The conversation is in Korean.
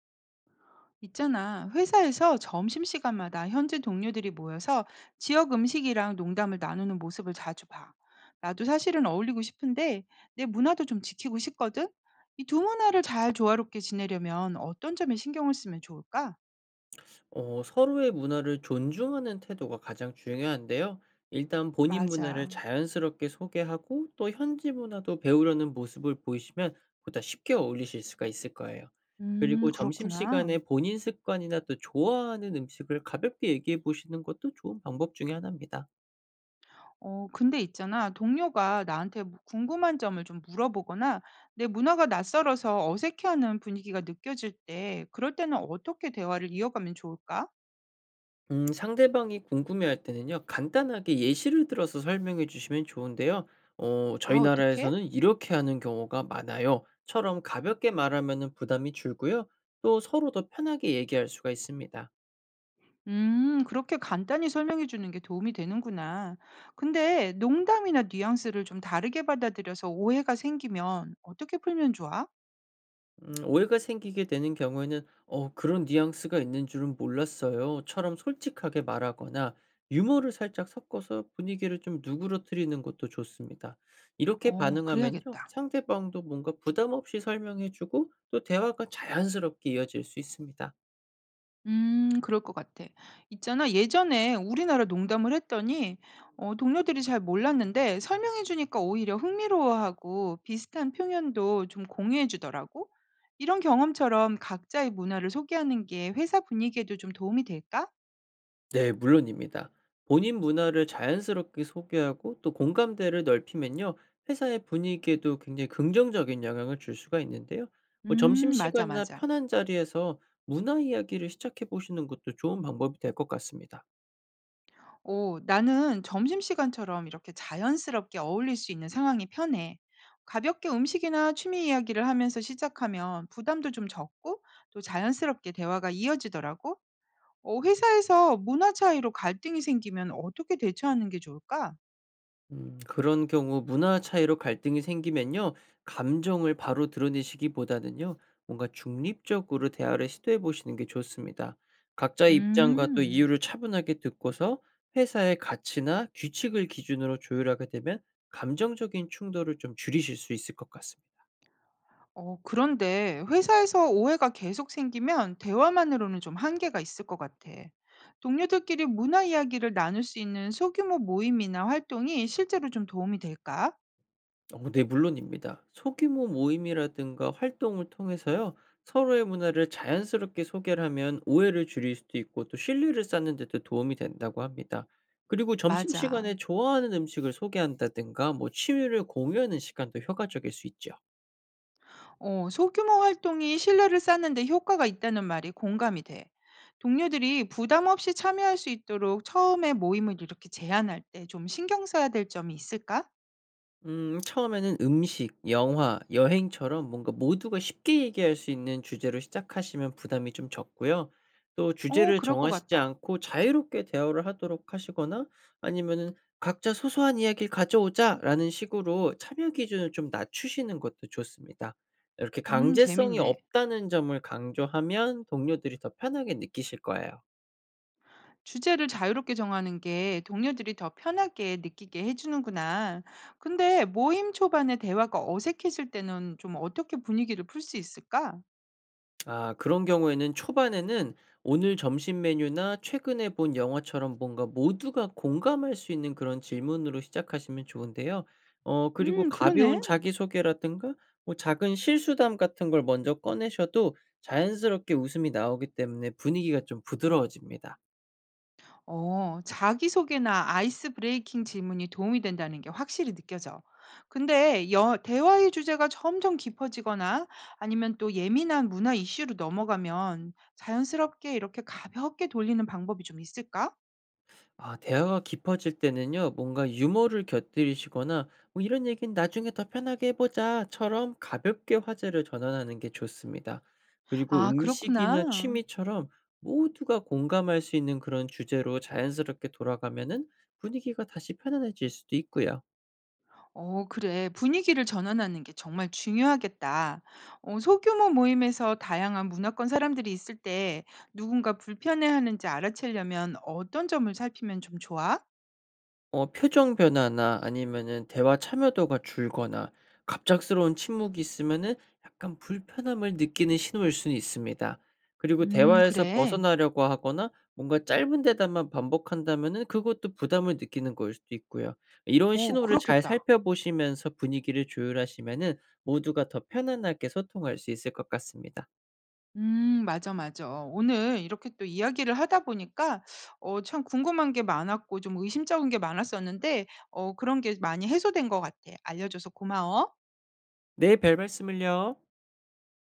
있잖아. 회사에서 점심시간마다 현지 동료들이 모여서 지역 음식이랑 농담을 나누는 모습을 자주 봐. 나도 사실은 어울리고 싶은데 내 문화도 좀 지키고 싶거든? 이 두 문화를 잘 조화롭게 지내려면 어떤 점에 신경을 쓰면 좋을까? 서로의 문화를 존중하는 태도가 가장 중요한데요. 일단 본인 문화를 맞아. 자연스럽게 소개하고 또 현지 문화도 배우려는 모습을 보이시면 보다 쉽게 어울리실 수가 있을 거예요. 그리고 점심시간에 그렇구나. 본인 습관이나 또 좋아하는 음식을 가볍게 얘기해 보시는 것도 좋은 방법 중에 하나입니다. 근데 있잖아. 동료가 나한테 뭐 궁금한 점을 좀 물어보거나 내 문화가 낯설어서 어색해하는 분위기가 느껴질 때, 그럴 때는 어떻게 대화를 이어가면 좋을까? 상대방이 궁금해할 때는요, 간단하게 예시를 들어서 설명해 주시면 좋은데요. 아, 저희 어떻게? 나라에서는 이렇게 하는 경우가 많아요. 처럼 가볍게 말하면 부담이 줄고요. 또 서로 더 편하게 얘기할 수가 있습니다. 그렇게 간단히 설명해 주는 게 도움이 되는구나. 근데 농담이나 뉘앙스를 좀 다르게 받아들여서 오해가 생기면 어떻게 풀면 좋아? 음, 오해가 생기게 되는 경우에는 "어, 그런 뉘앙스가 있는 줄은 몰랐어요."처럼 솔직하게 말하거나 유머를 살짝 섞어서 분위기를 좀 누그러뜨리는 것도 좋습니다. 이렇게 어, 반응하면요. 그래야겠다. 상대방도 뭔가 부담 없이 설명해 주고 또 대화가 자연스럽게 이어질 수 있습니다. 그럴 것 같아. 있잖아, 예전에 우리나라 농담을 했더니 동료들이 잘 몰랐는데 설명해 주니까 오히려 흥미로워하고 비슷한 표현도 좀 공유해 주더라고. 이런 경험처럼 각자의 문화를 소개하는 게 회사 분위기에도 좀 도움이 될까? 네, 물론입니다. 본인 문화를 자연스럽게 소개하고 또 공감대를 넓히면요, 회사의 분위기에도 굉장히 긍정적인 영향을 줄 수가 있는데요. 뭐 맞아, 점심시간이나 맞아. 편한 자리에서 문화 이야기를 시작해 보시는 것도 좋은 방법이 될 것 같습니다. 오, 나는 점심시간처럼 이렇게 자연스럽게 어울릴 수 있는 상황이 편해. 가볍게 음식이나 취미 이야기를 하면서 시작하면 부담도 좀 적고 또 자연스럽게 대화가 이어지더라고. 회사에서 문화 차이로 갈등이 생기면 어떻게 대처하는 게 좋을까? 그런 경우 문화 차이로 갈등이 생기면요, 감정을 바로 드러내시기보다는요, 뭔가 중립적으로 대화를 시도해 보시는 게 좋습니다. 각자의 입장과 또 음, 이유를 차분하게 듣고서 회사의 가치나 규칙을 기준으로 조율하게 되면 감정적인 충돌을 좀 줄이실 수 있을 것 같습니다. 그런데 회사에서 오해가 계속 생기면 대화만으로는 좀 한계가 있을 것 같아. 동료들끼리 문화 이야기를 나눌 수 있는 소규모 모임이나 활동이 실제로 좀 도움이 될까? 네, 물론입니다. 소규모 모임이라든가 활동을 통해서요, 서로의 문화를 자연스럽게 소개를 하면 오해를 줄일 수도 있고 또 신뢰를 쌓는 데도 도움이 된다고 합니다. 그리고 점심시간에 맞아. 좋아하는 음식을 소개한다든가 뭐 취미를 공유하는 시간도 효과적일 수 있죠. 소규모 활동이 신뢰를 쌓는 데 효과가 있다는 말이 공감이 돼. 동료들이 부담 없이 참여할 수 있도록 처음에 모임을 이렇게 제안할 때 좀 신경 써야 될 점이 있을까? 음, 처음에는 음식, 영화, 여행처럼 뭔가 모두가 쉽게 얘기할 수 있는 주제로 시작하시면 부담이 좀 적고요. 또 어, 주제를 그럴 것 정하시지 같다. 않고 자유롭게 대화를 하도록 하시거나 아니면은 "각자 소소한 이야기를 가져오자."라는 식으로 참여 기준을 좀 낮추시는 것도 좋습니다. 이렇게 강제성이 재밌네. 없다는 점을 강조하면 동료들이 더 편하게 느끼실 거예요. 주제를 자유롭게 정하는 게 동료들이 더 편하게 느끼게 해주는구나. 근데 모임 초반에 대화가 어색해질 때는 좀 어떻게 분위기를 풀 수 있을까? 아, 그런 경우에는 초반에는 오늘 점심 메뉴나 최근에 본 영화처럼 뭔가 모두가 공감할 수 있는 그런 질문으로 시작하시면 좋은데요. 어, 그리고 그러네. 가벼운 자기소개라든가 뭐 작은 실수담 같은 걸 먼저 꺼내셔도 자연스럽게 웃음이 나오기 때문에 분위기가 좀 부드러워집니다. 자기소개나 아이스 브레이킹 질문이 도움이 된다는 게 확실히 느껴져. 근데 대화의 주제가 점점 깊어지거나 아니면 또 예민한 문화 이슈로 넘어가면 자연스럽게 이렇게 가볍게 돌리는 방법이 좀 있을까? 아, 대화가 깊어질 때는요. 뭔가 유머를 곁들이시거나 뭐 "이런 얘기는 나중에 더 편하게 해 보자."처럼 가볍게 화제를 전환하는 게 좋습니다. 그리고 아, 음식이나 그렇구나. 취미처럼 모두가 공감할 수 있는 그런 주제로 자연스럽게 돌아가면은 분위기가 다시 편안해질 수도 있고요. 어, 그래. 분위기를 전환하는 게 정말 중요하겠다. 소규모 모임에서 다양한 문화권 사람들이 있을 때 누군가 불편해하는지 알아채려면 어떤 점을 살피면 좀 좋아? 어, 표정 변화나 아니면은 대화 참여도가 줄거나 갑작스러운 침묵이 있으면은 약간 불편함을 느끼는 신호일 수는 있습니다. 그리고 대화에서 그래. 벗어나려고 하거나 뭔가 짧은 대답만 반복한다면은 그것도 부담을 느끼는 걸 수도 있고요. 이런 오, 신호를 잘 그렇겠다. 살펴보시면서 분위기를 조율하시면은 모두가 더 편안하게 소통할 수 있을 것 같습니다. 음, 맞아, 맞아. 오늘 이렇게 또 이야기를 하다 보니까 어, 참 궁금한 게 많았고 좀 의심쩍은 게 많았었는데 어, 그런 게 많이 해소된 것 같아. 알려줘서 고마워. 네, 별 말씀을요.